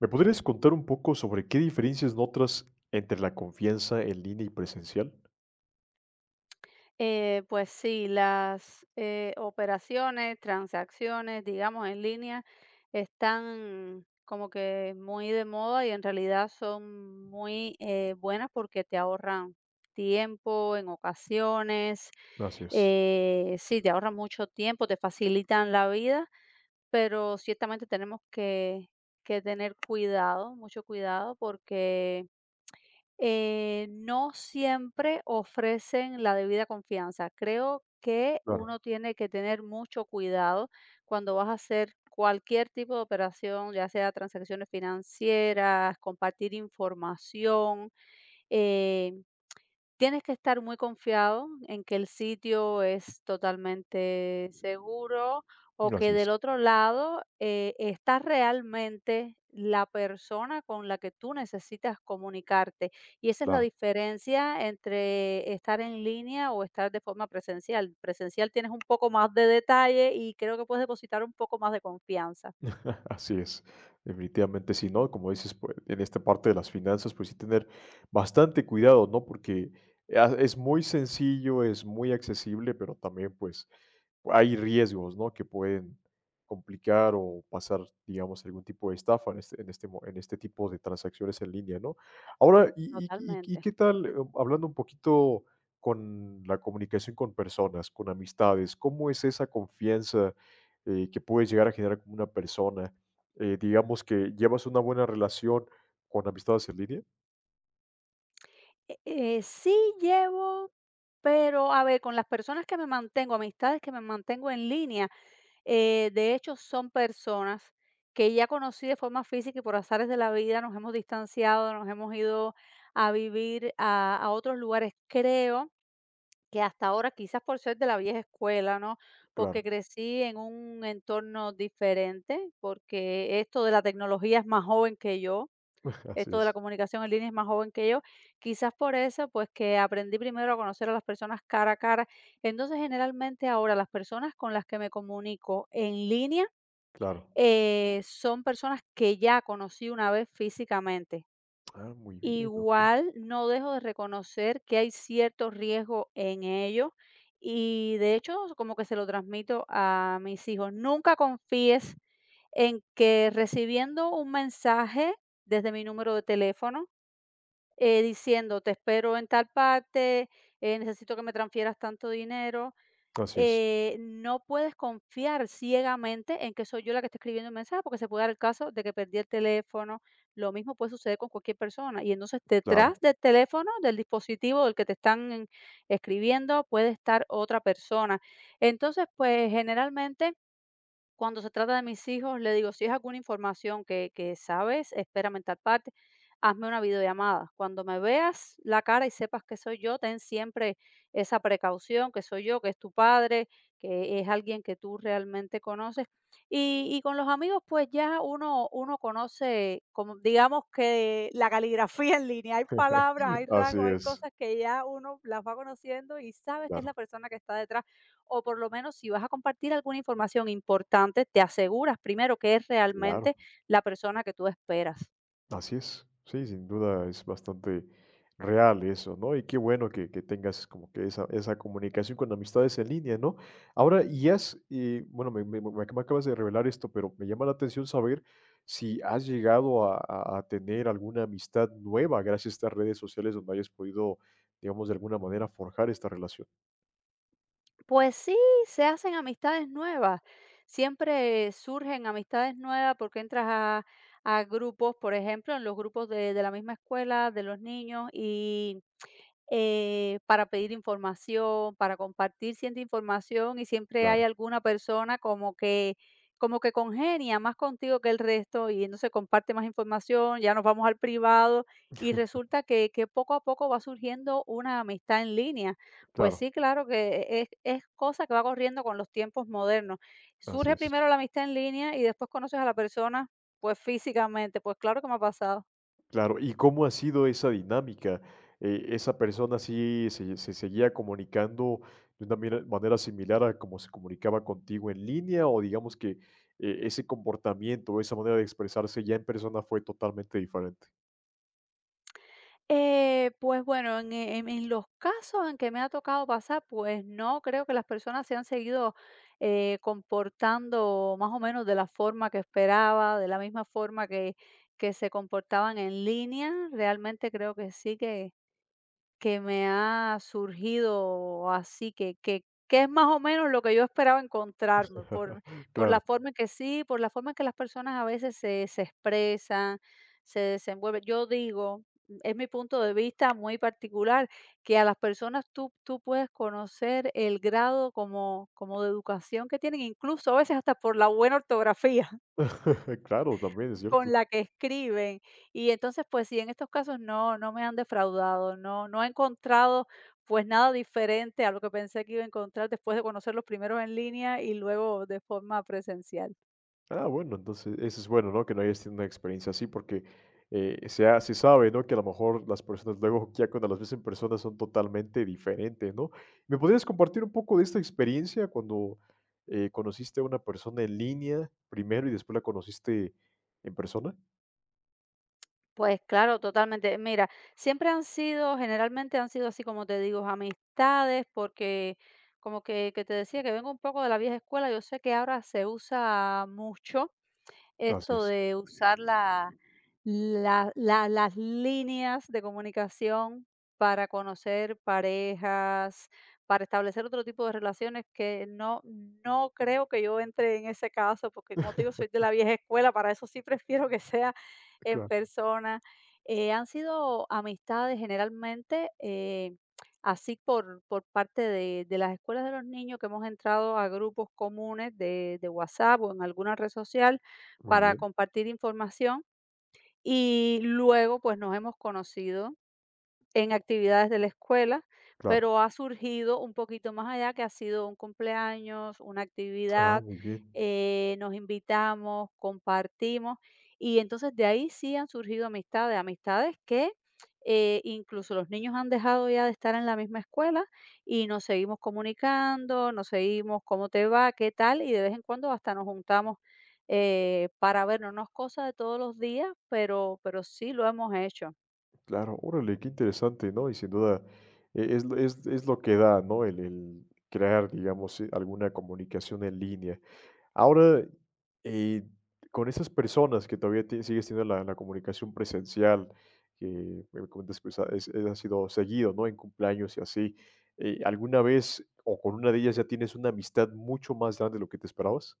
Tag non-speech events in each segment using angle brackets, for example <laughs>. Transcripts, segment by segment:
¿Me podrías contar un poco sobre qué diferencias notas entre la confianza en línea y presencial? Pues sí, las operaciones, transacciones, digamos, en línea, están como que muy de moda y en realidad son muy buenas porque te ahorran tiempo en ocasiones, Así es. Sí, te ahorran mucho tiempo, te facilitan la vida, pero ciertamente tenemos que tener cuidado, mucho cuidado, porque no siempre ofrecen la debida confianza. Creo que uno Claro, tiene que tener mucho cuidado cuando vas a hacer cualquier tipo de operación, ya sea transacciones financieras, compartir información. eh, Tienes que estar muy confiado en que el sitio es totalmente seguro o que así es. del otro lado, está realmente la persona con la que tú necesitas comunicarte. Y esa es la Claro. diferencia entre estar en línea o estar de forma presencial. Presencial tienes un poco más de detalle y creo que puedes depositar un poco más de confianza. <laughs> Así es, definitivamente sí, ¿no? Como dices, pues, en esta parte de las finanzas, pues sí tener bastante cuidado, ¿no? Porque es muy sencillo, es muy accesible, pero también pues hay riesgos, ¿no? Que pueden complicar o pasar, digamos, algún tipo de estafa en este tipo de transacciones en línea, ¿no? Ahora, ¿y Totalmente. qué tal, hablando un poquito con la comunicación con personas, con amistades, ¿cómo es esa confianza que puedes llegar a generar como una persona? Digamos que llevas una buena relación con amistades en línea. Sí llevo, pero a ver, con las personas que me mantengo, amistades que me mantengo en línea, de hecho, son personas que ya conocí de forma física y por azares de la vida nos hemos distanciado, nos hemos ido a vivir a otros lugares. Creo que hasta ahora, quizás por ser de la vieja escuela, ¿no? Porque Claro. crecí en un entorno diferente, porque esto de la tecnología es más joven que yo, <laughs> Así esto de la es, comunicación en línea, es más joven que yo. Quizás por eso, pues que aprendí primero a conocer a las personas cara a cara. Entonces, generalmente ahora las personas con las que me comunico en línea claro. Son personas que ya conocí una vez físicamente. Ah, muy bien. Ok. Igual no dejo de reconocer que hay cierto riesgo en ello y de hecho como que se lo transmito a mis hijos. Nunca confíes en que recibiendo un mensaje desde mi número de teléfono diciendo: "Te espero en tal parte, necesito que me transfieras tanto dinero". Así es, No puedes confiar ciegamente en que soy yo la que está escribiendo el mensaje, porque se puede dar el caso de que perdí el teléfono. Lo mismo puede suceder con cualquier persona. Y entonces detrás claro. del teléfono, del dispositivo del que te están escribiendo, puede estar otra persona. Entonces, pues, generalmente cuando se trata de mis hijos, le digo, si es alguna información que sabes, espérame en tal parte, hazme una videollamada. Cuando me veas la cara y sepas que soy yo, ten siempre esa precaución, que soy yo, que es tu padre, que es alguien que tú realmente conoces. Y con los amigos, pues ya uno conoce, como, digamos que la caligrafía en línea, hay palabras, hay <laughs> Así rasgos, hay es, cosas que ya uno las va conociendo y sabes que es la claro, persona que está detrás, o por lo menos si vas a compartir alguna información importante, te aseguras primero que es claro. realmente la persona que tú esperas. Así es, sí, sin duda es bastante real eso, ¿no? Y qué bueno que tengas como que esa comunicación con amistades en línea, ¿no? Ahora, y has, bueno, me acabas de revelar esto, pero me llama la atención saber si has llegado a, a tener alguna amistad nueva gracias a estas redes sociales donde hayas podido, digamos, de alguna manera forjar esta relación. Pues sí, se hacen amistades nuevas. Siempre surgen amistades nuevas porque entras a grupos, por ejemplo, en los grupos de la misma escuela, de los niños, y para pedir información, para compartir cierta información y siempre hay Claro, alguna persona como que congenia más contigo que el resto y entonces comparte más información, ya nos vamos al privado y resulta que poco a poco va surgiendo una amistad en línea. Pues claro, sí, claro que es cosa que va corriendo con los tiempos modernos. así Surge es. primero la amistad en línea y después conoces a la persona pues físicamente, pues claro que me ha pasado. Claro, ¿y cómo ha sido esa dinámica? ¿Esa persona sí se seguía comunicando de una mira manera similar a como se comunicaba contigo en línea? O digamos que, ese comportamiento, esa manera de expresarse ya en persona fue totalmente diferente. Pues bueno, en los casos en que me ha tocado pasar, pues no creo que las personas se han seguido comportando más o menos de la forma que esperaba, de la misma forma que se comportaban en línea. Realmente creo que sí, que me ha surgido así, que es más o menos lo que yo esperaba encontrarme, por <laughs> por la Claro. forma en que sí, por la forma en que las personas a veces se expresan, se desenvuelven. Yo digo, es mi punto de vista muy particular, que a las personas tú puedes conocer el grado como de educación que tienen, incluso a veces hasta por la buena ortografía. <laughs> Claro, también es Con cierto. la que escriben. Y entonces, pues sí, en estos casos no me han defraudado, no he encontrado pues nada diferente a lo que pensé que iba a encontrar después de conocerlos primero en línea y luego de forma presencial. Ah, bueno, entonces eso es bueno, ¿no? Que no hayas tenido una experiencia así, porque se, se sabe, ¿no? Que a lo mejor las personas luego, ya cuando las ves en persona, son totalmente diferentes, ¿no? ¿Me podrías compartir un poco de esta experiencia cuando conociste a una persona en línea primero y después la conociste en persona? Pues claro, totalmente. Mira, siempre han sido, generalmente han sido así como te digo, amistades, porque como que te decía que vengo un poco de la vieja escuela, yo sé que ahora se usa mucho esto Gracias. de usar la las líneas de comunicación para conocer parejas, para establecer otro tipo de relaciones que no creo que yo entre en ese caso, porque como te digo, <laughs> soy de la vieja escuela, para eso sí <laughs> prefiero que sea en Claro, persona. Han sido amistades generalmente, así por parte de las escuelas de los niños que hemos entrado a grupos comunes de WhatsApp o en alguna red social muy para bien, compartir información y luego, pues, nos hemos conocido en actividades de la escuela, claro. pero ha surgido un poquito más allá, que ha sido un cumpleaños, una Ah, actividad, muy bien, nos invitamos, compartimos, y entonces de ahí sí han surgido amistades, amistades que incluso los niños han dejado ya de estar en la misma escuela y nos seguimos comunicando, nos seguimos cómo te va, qué tal, y de vez en cuando hasta nos juntamos para vernos, no es cosa de todos los días, pero sí lo hemos hecho. claro. Órale, qué interesante, ¿no? Y sin duda es, es lo que da, ¿no? El crear, digamos, alguna comunicación en línea. Ahora, eh, con esas personas que todavía tie sigues teniendo la comunicación presencial, que me comentas que, pues, ha sido seguido, ¿no?, en cumpleaños y así, ¿alguna vez o con una de ellas ya tienes una amistad mucho más grande de lo que te esperabas?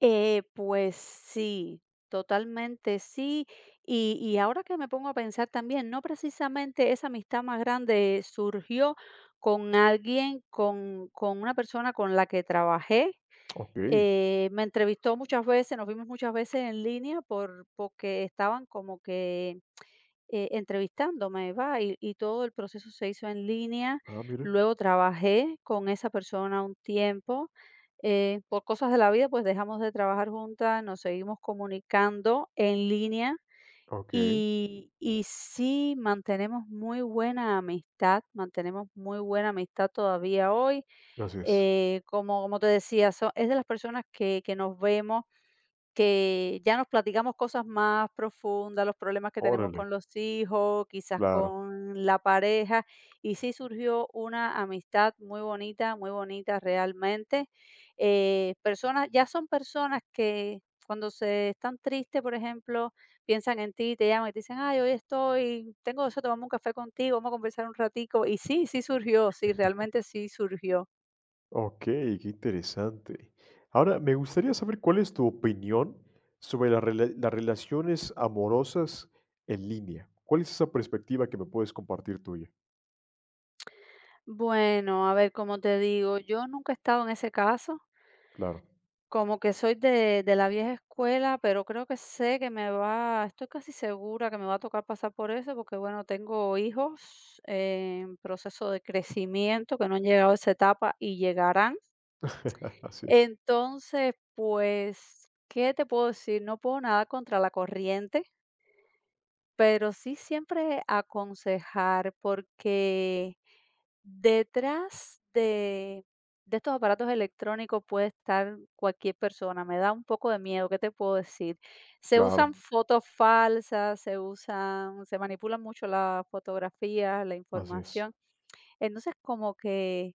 Pues sí, totalmente sí. Y ahora que me pongo a pensar también, no precisamente esa amistad más grande surgió con alguien, con una persona con la que trabajé. Okey. Me entrevistó muchas veces, nos vimos muchas veces en línea porque estaban como que entrevistándome, va, y todo el proceso se hizo en línea. Ah, mira. Luego trabajé con esa persona un tiempo. Eh, por cosas de la vida, pues dejamos de trabajar juntas, nos seguimos comunicando en línea Okey. Y sí mantenemos muy buena amistad, mantenemos muy buena amistad todavía hoy. Así es. Como, como te decía, es de las personas que nos vemos que ya nos platicamos cosas más profundas, los problemas que tenemos Órale, con los hijos, quizás claro. con la pareja, y sí surgió una amistad muy bonita realmente. Personas, ya son personas que cuando se están tristes, por ejemplo, piensan en ti, te llaman y te dicen, ay, hoy estoy, tengo eso tomamos un café contigo, vamos a conversar un ratico. Y sí, sí surgió, sí, realmente sí surgió. Ok, qué interesante. Ahora, me gustaría saber cuál es tu opinión sobre la las relaciones amorosas en línea. ¿Cuál es esa perspectiva que me puedes compartir tuya? Bueno, a ver, como te digo, yo nunca he estado en ese caso. Claro. Como que soy de la vieja escuela, pero creo que sé que me va, estoy casi segura que me va a tocar pasar por eso, porque, bueno, tengo hijos en proceso de crecimiento que no han llegado a esa etapa y llegarán. <laughs> Así es. Entonces, pues, ¿qué te puedo decir? No puedo nada contra la corriente, pero sí siempre aconsejar, porque detrás de estos aparatos electrónicos puede estar cualquier persona, me da un poco de miedo, ¿qué te puedo decir? Se Claro, usan fotos falsas, se usan se manipulan mucho las fotografías, la así es. información. Entonces, como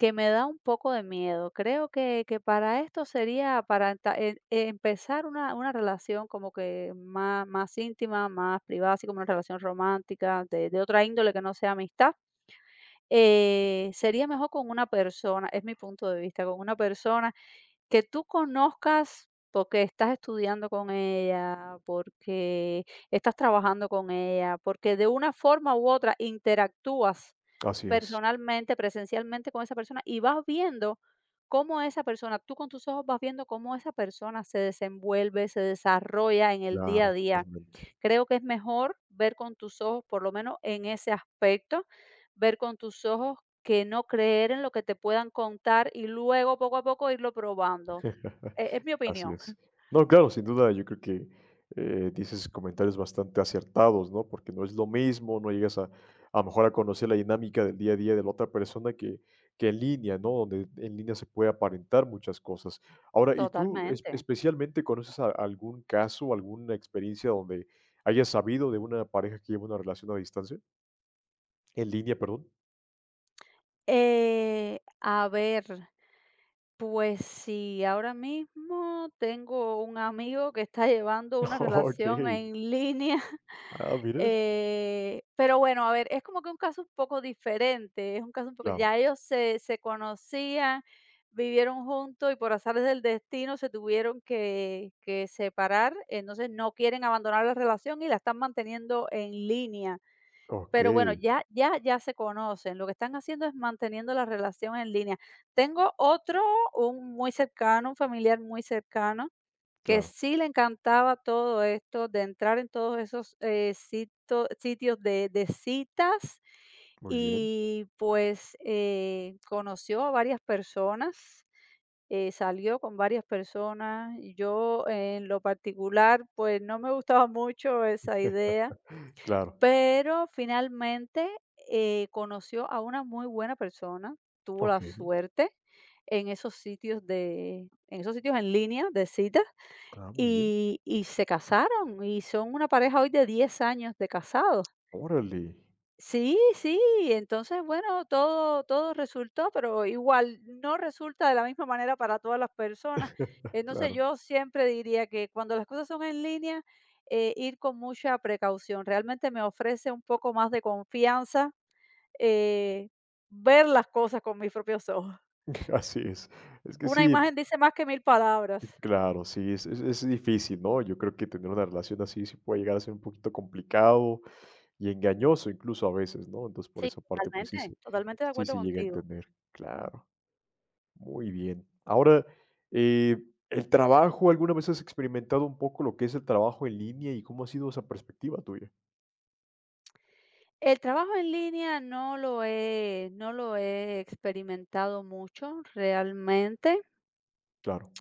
que me da un poco de miedo. Creo que para esto sería para empezar una relación como que más íntima, más privada, así como una relación romántica, de otra índole que no sea amistad. Sería mejor con una persona, es mi punto de vista, con una persona que tú conozcas porque estás estudiando con ella, porque estás trabajando con ella, porque de una forma u otra interactúas Así es. personalmente, presencialmente con esa persona y vas viendo cómo esa persona, tú con tus ojos vas viendo cómo esa persona se desenvuelve, se desarrolla en el día a Claro, día. totalmente. Creo que es mejor ver con tus ojos, por lo menos en ese aspecto, ver con tus ojos que no creer en lo que te puedan contar y luego poco a poco irlo probando. <laughs> Es mi Así opinión. es. <laughs> No, claro, sin duda, yo creo que dices comentarios bastante acertados, ¿no? Porque no es lo mismo, no llegas a lo mejor a conocer la dinámica del día a día de la otra persona que en línea, ¿no? Donde en línea se puede aparentar muchas cosas. Ahora, ¿y tú Totalmente. especialmente conoces algún caso, alguna experiencia donde hayas sabido de una pareja que lleva una relación a distancia? En línea, perdón. A ver, pues sí, ahora mismo tengo un amigo que está llevando <laughs> una Ok. relación en línea. Ah, mira. Pero bueno, a ver, es como que un caso un poco diferente, es un caso un poco, Claro. ya ellos se conocían, vivieron juntos y por azares del destino se tuvieron que separar, entonces no quieren abandonar la relación y la están manteniendo en línea. Ok. Pero bueno, ya se conocen, lo que están haciendo es manteniendo la relación en línea. Tengo otro, un muy cercano, un familiar muy cercano, que Claro. sí le encantaba todo esto de entrar en todos esos, sito sitios de citas Muy bien. y, pues, conoció a varias personas, salió con varias personas. Yo, en lo particular, pues, no me gustaba mucho esa idea, Claro. pero finalmente, conoció a una muy buena persona, tuvo la Ok. suerte en esos sitios de en esos sitios en línea de citas, Ah, muy bien. Y se casaron, y son una pareja hoy de 10 años de casados. Órale, Sí, sí, entonces, bueno, todo resultó, pero igual no resulta de la misma manera para todas las personas. Entonces, claro. yo siempre diría que cuando las cosas son en línea, ir con mucha precaución. Realmente me ofrece un poco más de confianza, eh, ver las cosas con mis propios ojos. <laughs> Así es. Es que Una sí, imagen dice más que 1000 palabras. claro, sí, es difícil, ¿no? Yo creo que tener una relación así sí puede llegar a ser un poquito complicado y engañoso incluso a veces, ¿no? Entonces, por Sí, esa parte, totalmente, totalmente de sí acuerdo se llega a contigo. entender. Claro, muy bien. Ahora, eh, el trabajo, ¿alguna vez has experimentado un poco lo que es el trabajo en línea y cómo ha sido esa perspectiva tuya? El trabajo en línea no lo he experimentado mucho realmente. Claro.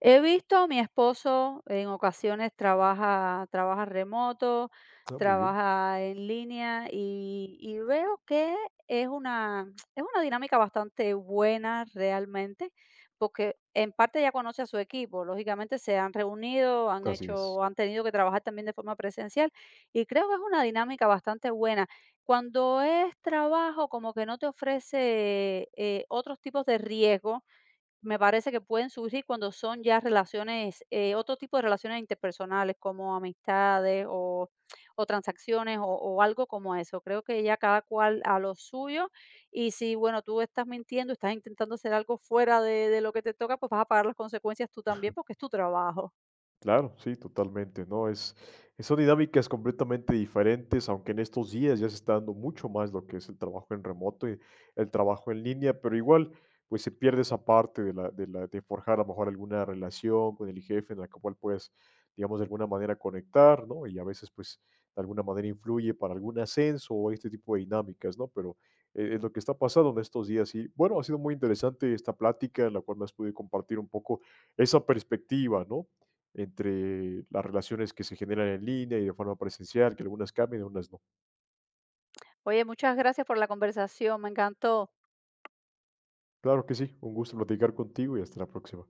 He visto mi esposo en ocasiones trabaja remoto, Ah, muy bien. trabaja en línea y veo que es una <tsk> es una dinámica bastante buena realmente, porque en parte ya conoce a su equipo. Lógicamente se han reunido, Así es. Han tenido que trabajar también de forma presencial y creo que es una dinámica bastante buena. Cuando es trabajo, como que no te ofrece, otros tipos de riesgo me parece que pueden surgir cuando son ya relaciones, otro tipo de relaciones interpersonales como amistades o transacciones o algo como eso. Creo que ya cada cual a lo suyo y si, bueno, tú estás mintiendo, estás intentando hacer algo fuera de lo que te toca, pues vas a pagar las consecuencias tú también porque es tu trabajo. Claro, sí, totalmente, ¿no? Es, son dinámicas completamente diferentes, aunque en estos días ya se está dando mucho más lo que es el trabajo en remoto y el trabajo en línea, pero igual, pues se pierde esa parte de la, de la, de forjar a lo mejor alguna relación con el jefe en la cual puedes, digamos, de alguna manera conectar, ¿no? Y a veces, pues, de alguna manera influye para algún ascenso o este tipo de dinámicas, ¿no? Pero es lo que está pasando en estos días. Y bueno, ha sido muy interesante esta plática en la cual me has podido compartir un poco esa perspectiva, ¿no?, entre las relaciones que se generan en línea y de forma presencial, que algunas cambian, algunas no. Oye, muchas gracias por la conversación, me encantó. Claro que sí, un gusto platicar contigo y hasta la próxima.